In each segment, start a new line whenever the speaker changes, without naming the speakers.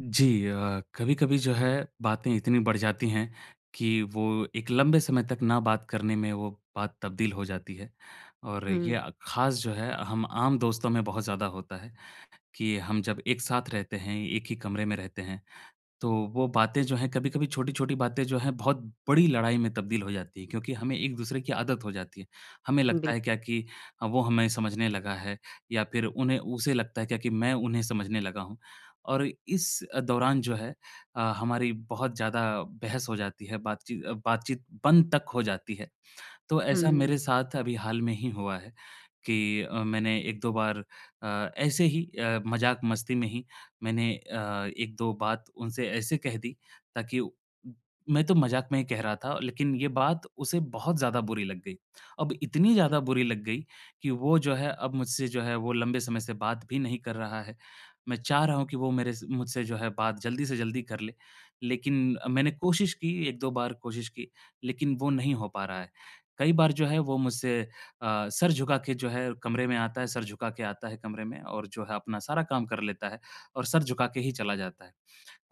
जी कभी-कभी जो है बातें इतनी बढ़ जाती हैं कि वो एक लंबे समय तक ना बात करने में वो बात तब्दील हो जाती है। और ये
हुँ,
ख़ास जो है हम आम दोस्तों में बहुत ज़्यादा होता है कि हम जब एक साथ रहते हैं, एक ही कमरे में रहते हैं तो वो बातें जो हैं कभी-कभी छोटी-छोटी बातें जो हैं बहुत बड़ी लड़ाई में तब्दील हो जाती है क्योंकि हमें एक-दूसरे की आदत हो जाती है। हमें लगता है
बिल्कुल।
क्या कि वो हमें समझने लगा है या फिर उन्हें उसे लगता है क्या कि मैं उन्हें समझने लगा हूँ। और इस दौरान जो है हमारी बहुत ज़्यादा बहस हो जाती है, बातचीत बंद तक हो जाती है। तो ऐसा
हुँ,
मेरे साथ अभी हाल में ही हुआ है कि मैंने 1-2 बार ऐसे ही मज़ाक-मस्ती में ही मैंने 1-2 बात उनसे ऐसे कह दी ताकि उ मैं तो मज़ाक में ही कह रहा था, लेकिन ये बात उसे बहुत ज़्यादा बुरी लग गई। अब इतनी
जी।
ज़्यादा बुरी लग गई कि वो जो है अब मुझसे जो है वो लंबे समय से बात भी नहीं कर रहा है। मैं चाह रहा हूँ कि वो मेरे स मुझसे जो है बात जल्दी से जल्दी कर ले, लेकिन मैंने कोशिश की 1-2 बार कोशिश की, लेकिन वो नहीं हो पा रहा है। कई बार जो है वो मुझसे अ, सर झुका के जो है कमरे में आता है, सर झुका के आता है कमरे में और जो है अपना सारा काम कर लेता है और सर झुका के ही चला जाता है।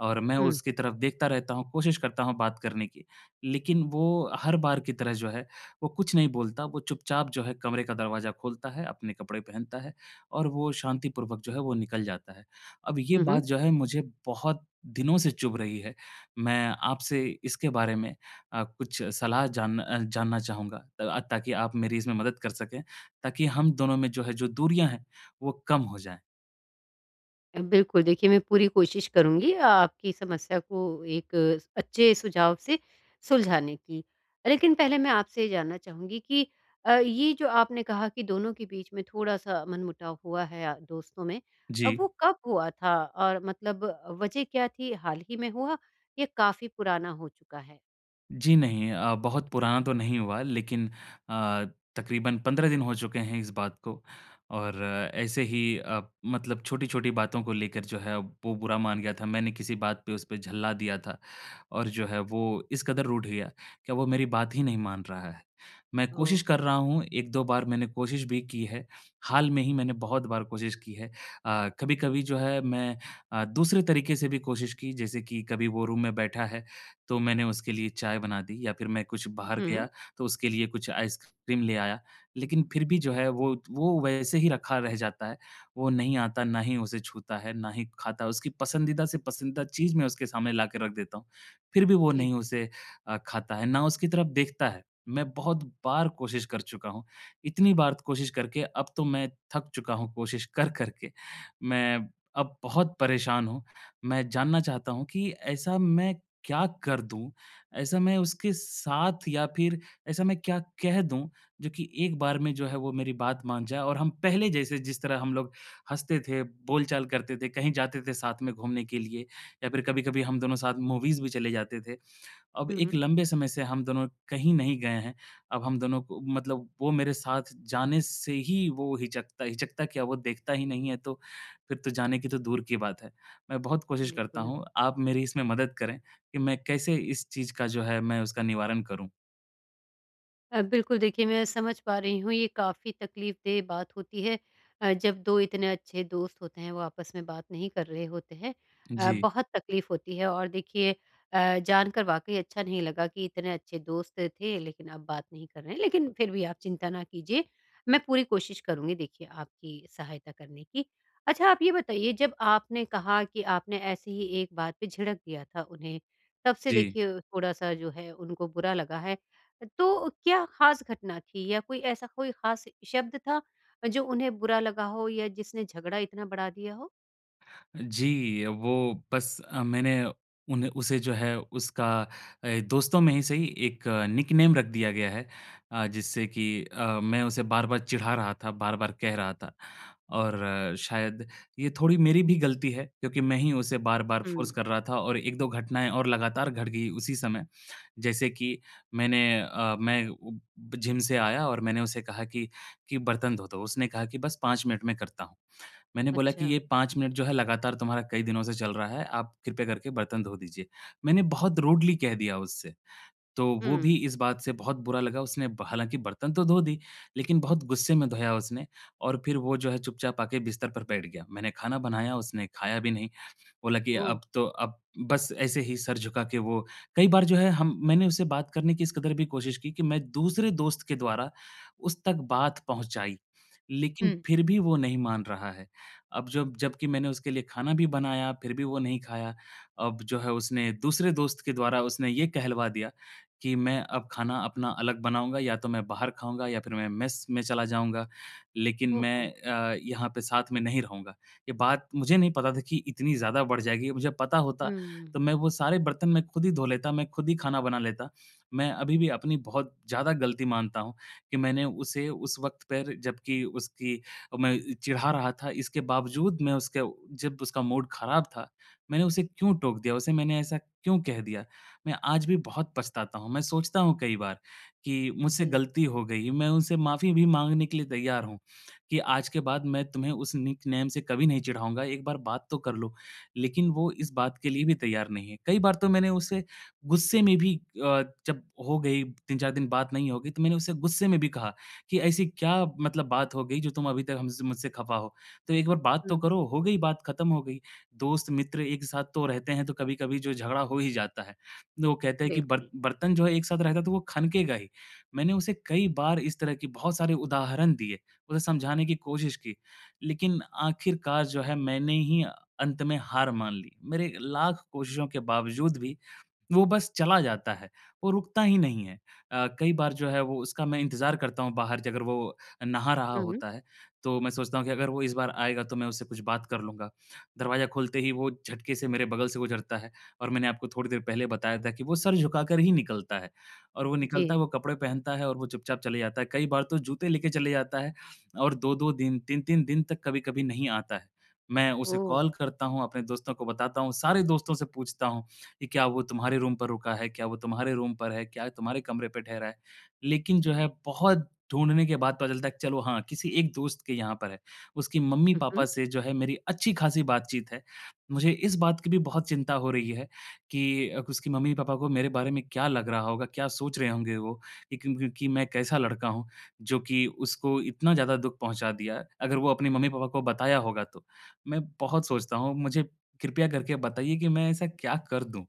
और मैं
हुँ,
उसकी तरफ देखता रहता हूँ, कोशिश करता हूँ बात करने की। लेकिन वो हर बार की तरह जो है, वो कुछ नहीं बोलता, वो चुपचाप जो है कमरे का दरवाज़ा खोलता है, अपने कपड़े पहनता है और वो शांतिपूर्वक जो है वो निकल जाता है। अब ये
हुँ, हुँ।
बात जो है मुझे बहुत दिनों से चुभ रही है। मैं आपसे इसके बारे में कुछ जानना चाहूँगा ताकि आप मेरी इसमें मदद कर सकें, ताकि हम दोनों में जो है जो दूरियाँ हैं, वो कम हो जाएँ।
बिल्कुल, देखिए मैं पूरी कोशिश करूँगी आपकी समस्या को एक अच्छे सुझाव से सुलझाने की। लेकिन पहले मैं आपसे ये जानना चाहूँगी कि ये जो आपने कहा कि दोनों के बीच में थोड़ा-सा मनमुटाव हुआ है दोस्तों में,
जी।
वो कब हुआ था? और मतलब वजह क्या थी? हाल ही में हुआ या काफ़ी पुराना हो चुका है?
जी नहीं, बहुत पुराना तो नहीं हुआ लेकिन अ, तकरीबन 15 दिन हो चुके हैं इस बात को और ऐसे ही मतलब छोटी-छोटी बातों को लेकर जो है वो बुरा मान गया था। मैंने किसी बात पे उस पे झल्ला दिया था और जो है वो इस कदर रूठ गया कि अब वो मेरी बात ही नहीं मान रहा है। मैं
ओह!
कोशिश कर रहा हूँ, 1-2 बार मैंने कोशिश भी की है, हाल में ही मैंने बहुत बार कोशिश की है। कभी-कभी जो है मैं दूसरे तरीके से भी कोशिश की जैसे कि कभी वो रूम में बैठा है तो मैंने उसके लिए चाय बना दी या फिर मैं कुछ बाहर
हुँ,
गया तो उसके लिए कुछ आइसक्रीम ले आया। लेकिन फिर भी जो है वो वैसे ही रखा रह जाता है। वो नहीं आता, ना ही उसे छूता है, ना ही खाता है। उसकी पसंदीदा से पसंदीदा चीज़ मैं उसके सामने लाके रख देता हूँ। फिर भी वो
जी।
नहीं उसे खाता है, ना उसकी तरफ देखता है। मैं बहुत बार कोशिश कर चुका हूँ। इतनी बार कोशिश करके अब तो मैं थक चुका हूँ कोशिश कर कर के। मैं अब बहुत परेशान हूँ। मैं जानना चाहता हूँ कि ऐसा मैं क्या कर दूँ? ऐसा मैं उसके साथ या फिर ऐसा मैं क्या कह दूँ, जो कि एक बार में जो है वो मेरी बात मान जाए और हम पहले जैसे जिस तरह हम लोग हँसते थे, बोलचाल करते थे, कहीं जाते थे साथ में घूमने के लिए या फिर कभी-कभी हम दोनों साथ मूवीज़ भी चले जाते थे। अब
हुँ,
एक
हुँ,
लंबे समय से हम दोनों कहीं नहीं गए हैं। अब हम दोनों को मतलब वो मेरे साथ जाने से ही वो हिचकता हिचकता क्या वो देखता ही नहीं है तो फिर तो जाने की तो दूर की बात है। मैं बहुत कोशिश करता
बिल्कुल।
हूँ, आप मेरी इसमें मदद करें कि मैं कैसे इस चीज़ का जो है मैं उसका निवारण करूँ?
बिल्कुल देखिए मैं समझ पा रही हूँ ये काफ़ी तकलीफ़देह बात होती है जब 2 इतने अच्छे दोस्त होते हैं वो आपस में बात नहीं कर रहे होते हैं।
जी,
बहुत तकलीफ़ होती है और देखिए जानकर वाक़ई अच्छा नहीं लगा कि इतने अच्छे दोस्त थे लेकिन अब बात नहीं कर रहे हैं। लेकिन फिर भी आप चिंता ना कीजिए, मैं पूरी कोशिश करूँगी देखिए आपकी सहायता करने की। अच्छा आप ये बताइए जब आपने कहा कि आपने ऐसे ही एक बात पे झिड़क दिया था उन्हें, तब से
जी।
देखिए थोड़ा-सा जो है उनको बुरा लगा है। तो क्या खास घटना थी या कोई ऐसा कोई खास शब्द था जो उन्हें बुरा लगा हो या जिसने झगड़ा इतना बढ़ा दिया हो?
जी, वो बस मैंने उन उसे जो है उसका दोस्तों में ही सही एक निकनेम रख दिया गया है जिससे कि मैं उसे बार-बार चिढ़ा रहा था, बार-बार कह रहा था। और शायद ये थोड़ी मेरी भी गलती है क्योंकि मैं ही उसे बार-बार फ़ोर्स
हुँ।
कर रहा था और 1-2 घटनाएँ और लगातार घट गई उसी समय। जैसे कि मैंने अ, मैं उ जिम से आया और मैंने उसे कहा कि बर्तन धो दो। उसने कहा कि बस 5 मिनट में करता हूँ। मैंने बोला कि
अच्छा,
ये 5 मिनट जो है लगातार तुम्हारा कई दिनों से चल रहा है, आप कृपया करके बर्तन धो दीजिए। मैंने बहुत रूडली कह दिया उससे। तो
हुँ।
वो भी इस बात से बहुत बुरा लगा, उसने ब हालाँकि बर्तन तो धो दी, लेकिन बहुत गुस्से में धोया उसने और फिर वो जो है चुपचाप आके बिस्तर पर बैठ गया। मैंने खाना बनाया, उसने खाया भी नहीं। बोला कि
ओह!
अब तो अब बस ऐसे ही सर झुका के वो कई बार जो है हम मैंने उससे बात करने की इस कदर भी कोशिश की कि मैं दूसरे दोस्त के द्वारा उस तक बात पहुँचाई,
हुँ।
लेकिन फिर भी वो नहीं मान रहा है। अब जब जबकि मैंने उसके लिए खाना भी बनाया, फिर भी वो नहीं खाया। अब जो है उसने दूसरे दोस्त के द्वारा उसने ये कहलवा दिया कि मैं अब खाना अपना अलग बनाऊँगा या तो मैं बाहर खाऊँगा या फिर मैं मेस में चला जाऊँगा, लेकिन
ओहो!
मैं यहाँ पे साथ में नहीं रहूँगा। ये बात मुझे नहीं पता था कि इतनी ज़्यादा बढ़ जाएगी। मुझे पता होता
हुँ,
तो मैं वो सारे बर्तन मैं खुद ही धो लेता, मैं खुद ही खाना बना लेता। मैं अभी भी अपनी बहुत ज़्यादा गलती मानता हूँ कि मैंने उसे उस वक़्त पर जबकि उसकी मैं चिढ़ा रहा था, इसके बावजूद मैं उसके जब उसका मूड ख़राब था, मैंने उसे क्यों टोक दिया? उसे मैंने ऐसा क्यों कह दिया? मैं आज भी बहुत पछताता हूँ। मैं सोचता हूँ कई बार कि मुझसे
जी,
गलती हो गई। मैं उनसे माफ़ी भी माँगने के लिए तैयार हूँ। कि आज के बाद मैं तुम्हें उस निकनेम से कभी नहीं चिढ़ाऊँगा, एक बार बात तो कर लो। लेकिन वो इस बात के लिए भी तैयार नहीं है। कई बार तो मैंने उसे गुस्से में भी जब हो गई 3-4 दिन बात नहीं हो गई, तो मैंने उसे गुस्से में भी कहा कि ऐसी क्या मतलब बात हो गई जो तुम अभी तक हमसे मुझसे खफ़ा हो? तो एक बार बात तो
हुँ,
करो, हो गई बात ख़त्म हो गई। दोस्त मित्र एक साथ तो रहते हैं तो कभी-कभी जो झगड़ा हो ही जाता है। तो वो कहते हैं कि बर
बिल्कुल।
बर्तन जो है एक साथ रहता है तो वो खनकेगा ही। मैंने उसे कई बार इस तरह के बहुत सारे उदाहरण दिए। उसे समझाने की कोशिश की, लेकिन आखिरकार जो है मैंने ही अंत में हार मान ली। मेरे लाख कोशिशों के बावजूद भी वो बस चला जाता है, वो रुकता ही नहीं है। कई बार जो है वो उसका मैं इंतज़ार करता हूँ बाहर अगर वो नहा रहा
हुँ,
होता है, तो मैं सोचता हूँ कि अगर वो इस बार आएगा तो मैं उससे कुछ बात कर लूँगा। दरवाज़ा खोलते ही वो झटके से मेरे बगल से गुज़रता है और मैंने आपको थोड़ी देर पहले बताया था कि वो सर झुकाकर ही निकलता है और वो निकलता
जी,
है, वो कपड़े पहनता है और वो चुपचाप चले जाता है। कई बार तो जूते लेके चले जाता है और 2-2 दिन, 3-3 दिन तक कभी-कभी नहीं आता है। मैं उसे
ओह!
कॉल करता हूँ, अपने दोस्तों को बताता हूँ, सारे दोस्तों से पूछता हूँ कि क्या वो तुम्हारे रूम पर रुका है? क्या वो तुम्हारे रूम पर है? क्या तुम्हारे कमरे पे ठहरा है? लेकिन जो है बहुत ढूँढने के बाद पता चलता है कि चलो हाँ, किसी एक दोस्त के यहाँ पर है। उसकी
हुँ, हुँ।
मम्मी-पापा से जो है मेरी अच्छी-खासी बातचीत है। मुझे इस बात की भी बहुत चिंता हो रही है कि उसकी मम्मी-पापा को मेरे बारे में क्या लग रहा होगा? क्या सोच रहे होंगे वो? कि क्योंकि मैं कैसा लड़का हूँ, जो कि उसको इतना ज़्यादा दुःख पहुँचा दिया है, अगर वो अपने मम्मी-पापा को बताया होगा तो। मैं बहुत सोचता हूँ, मुझे कृपया करके बताइए कि मैं ऐसा क्या कर दूँ?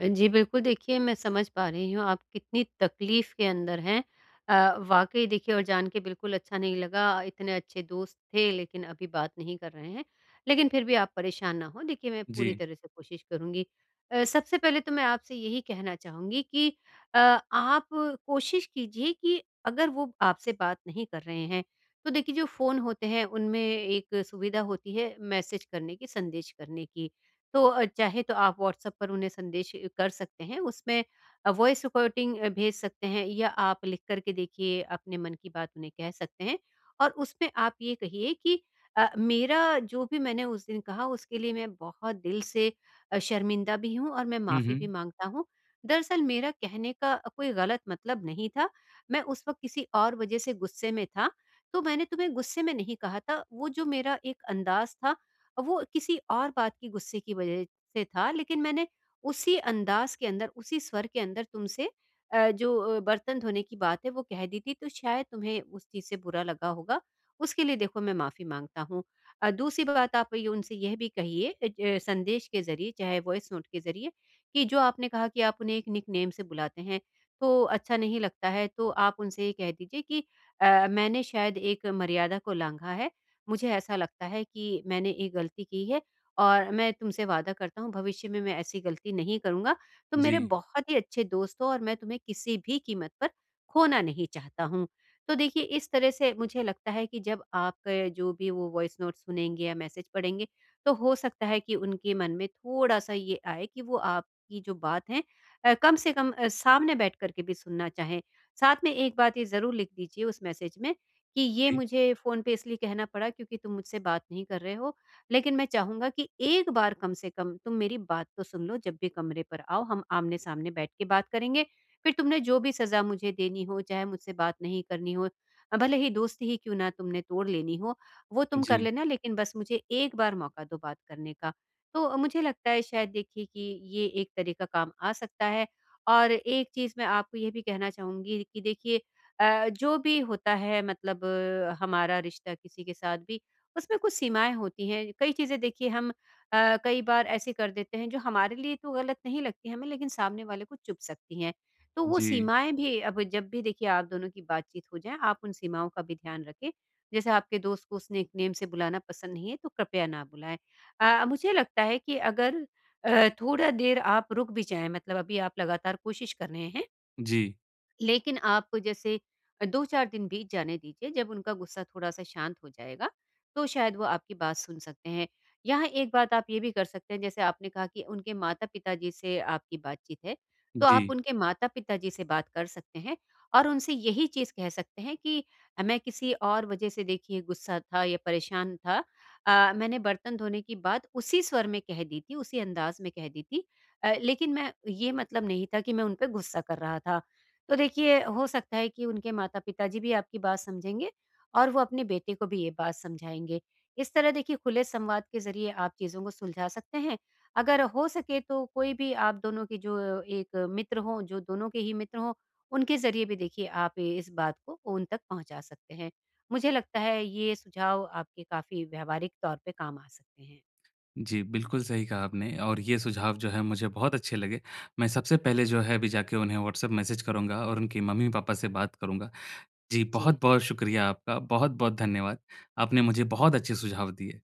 जी, बिल्कुल देखिए मैं समझ पा रही हूँ आप कितनी तकलीफ़ के अंदर हैं। वाक़ई देखिए और जान के बिल्कुल अच्छा नहीं लगा इतने अच्छे दोस्त थे लेकिन अभी बात नहीं कर रहे हैं। लेकिन फिर भी आप परेशान ना हों देखिए मैं
जी।
पूरी तरह से कोशिश करूँगी। सबसे पहले तो मैं आपसे यही कहना चाहूँगी कि आप कोशिश कीजिए कि अगर वो आपसे बात नहीं कर रहे हैं, तो देखिए जो फ़ोन होते हैं उनमें एक सुविधा होती है मैसेज करने की, संदेश करने की। तो चाहे तो आप व्हाट्सएप पर उन्हें संदेश कर सकते हैं, उसमें वॉइस रिकॉर्डिंग भेज सकते हैं या आप लिख कर के देखिए अपने मन की बात उन्हें कह सकते हैं और उसमें आप ये कहिए कि मेरा जो भी मैंने उस दिन कहा उसके लिए मैं बहुत दिल से शर्मिंदा भी हूँ और मैं
हुँ,
माफ़ी भी
हुँ।
माँगता हूँ। दरअसल मेरा कहने का कोई गलत मतलब नहीं था, मैं उस वक़्त किसी और वज़ह से गुस्से में था, तो मैंने तुम्हें गुस्से में नहीं कहा था, वो जो मेरा एक अंदाज़ था वो किसी और बात की गुस्से की वजह से था लेकिन मैंने उसी अंदाज के अंदर, उसी स्वर के अंदर तुमसे जो बर्तन धोने की बात है वो कह दी थी तो शायद तुम्हें उस चीज़ से बुरा लगा होगा। उसके लिए देखो मैं माफ़ी माँगता हूँ। दूसरी बात आप ये उनसे यह भी कहिए अ, ज संदेश के ज़रिए चाहे वॉइस नोट के ज़रिए कि जो आपने कहा कि आप उन्हें एक निकनेम से बुलाते हैं, तो अच्छा नहीं लगता है तो आप उनसे ये कह दीजिए कि मैंने शायद एक मर्यादा को लाँघा है मुझे ऐसा लगता है कि मैंने एक गलती की है और मैं तुमसे वादा करता हूँ भविष्य में मैं ऐसी गलती नहीं करूँगा। तुम मेरे
जी,
बहुत ही अच्छे दोस्त हो और मैं तुम्हें किसी भी कीमत पर खोना नहीं चाहता हूँ। तो देखिए इस तरह से मुझे लगता है कि जब आप जो भी वो वॉइस नोट सुनेंगे या मैसेज पढ़ेंगे, तो हो सकता है कि उनके मन में थोड़ा-सा ये आए कि वो आपकी जो बात है कम से कम सामने बैठ कर के भी सुनना चाहें। साथ में एक बात ये ज़रूर लिख दीजिए उस मैसेज में कि ये
जी,
मुझे फ़ोन पे इसलिए कहना पड़ा क्योंकि तुम मुझसे बात नहीं कर रहे हो, लेकिन मैं चाहूँगा कि एक बार कम से कम तुम मेरी बात तो सुन लो जब भी कमरे पर आओ, हम आमने-सामने बैठ के बात करेंगे। फिर तुमने जो भी सज़ा मुझे देनी हो, चाहे मुझसे बात नहीं करनी हो, भले ही दोस्ती ही क्यों ना तुमने तोड़ लेनी हो, वो तुम कर
जी,
लेना लेकिन बस मुझे एक बार मौका दो बात करने का। तो मुझे लगता है शायद देखिए कि ये एक तरीका काम आ सकता है और एक चीज़ मैं आपको ये भी कहना चाहूँगी कि देखिए जो भी होता है मतलब हमारा रिश्ता किसी के साथ भी, उसमें कुछ सीमाएँ होती हैं। कई चीज़ें देखिए हम कई बार ऐसे कर देते हैं जो हमारे लिए तो गलत नहीं लगती हमें लेकिन सामने वाले को चुभ सकती हैं। तो वो
जी,
सीमाएँ भी अब जब भी देखिए आप दोनों की बातचीत हो जाए, आप उन सीमाओं का भी ध्यान रखें। जैसे आपके दोस्त को उस निकनेम से बुलाना पसंद नहीं है तो कृपया ना बुलाएँ। मुझे लगता है कि अगर थोड़ा देर आप रुक भी जाएँ मतलब अभी आप लगातार कोशिश कर रहे हैं
जी,
लेकिन आप जैसे 2-4 दिन बीत जाने दीजिए, जब उनका गुस्सा थोड़ा-सा शांत हो जाएगा, तो शायद वो आपकी बात सुन सकते हैं। यहाँ एक बात आप ये भी कर सकते हैं, जैसे आपने कहा कि उनके माता-पिता जी से आपकी बातचीत है, तो
जी,
आप उनके माता-पिता जी से बात कर सकते हैं और उनसे यही चीज़ कह सकते हैं कि मैं किसी और वजह से देखिए गुस्सा था या परेशान था। मैंने बर्तन धोने की बात उसी स्वर में कह दी थी, उसी अंदाज़ में कह दी थी। लेकिन मैं ये मतलब नहीं था कि मैं उन पे गुस्सा कर रहा था। तो देखिए हो सकता है कि उनके माता पिताजी भी आपकी बात समझेंगे और वो अपने बेटे को भी ये बात समझाएँगे। इस तरह देखिए खुले संवाद के ज़रिए आप चीज़ों को सुलझा सकते हैं। अगर हो सके तो कोई भी आप दोनों के जो एक मित्र हों, जो दोनों के ही मित्र हों, उनके ज़रिए भी देखिए आप इस बात को उन तक पहुँचा सकते हैं। मुझे लगता है ये सुझाव आपके काफ़ी व्यावहारिक तौर पे काम आ सकते हैं।
जी, बिल्कुल सही कहा आपने और ये सुझाव जो है मुझे बहुत अच्छे लगे। मैं सबसे पहले जो है अभी जाके उन्हें व्हाट्सएप मैसेज करूँगा और उनके मम्मी-पापा से बात करूँगा। जी,
जी।
बहुत-बहुत शुक्रिया आपका, बहुत-बहुत धन्यवाद। आपने मुझे बहुत अच्छे सुझाव दिए।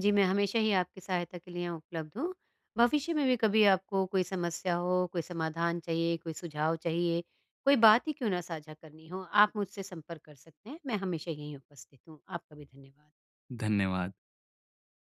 जी, मैं हमेशा ही आपकी सहायता के लिए यहाँ उपलब्ध हूँ। भविष्य में भी कभी आपको कोई समस्या हो, कोई समाधान चाहिए, कोई सुझाव चाहिए, कोई बात ही क्यों ना साझा करनी हो, आप मुझसे संपर्क कर सकते हैं। मैं हमेशा यहीं उपस्थित हूँ। आपका भी धन्यवाद।
धन्यवाद।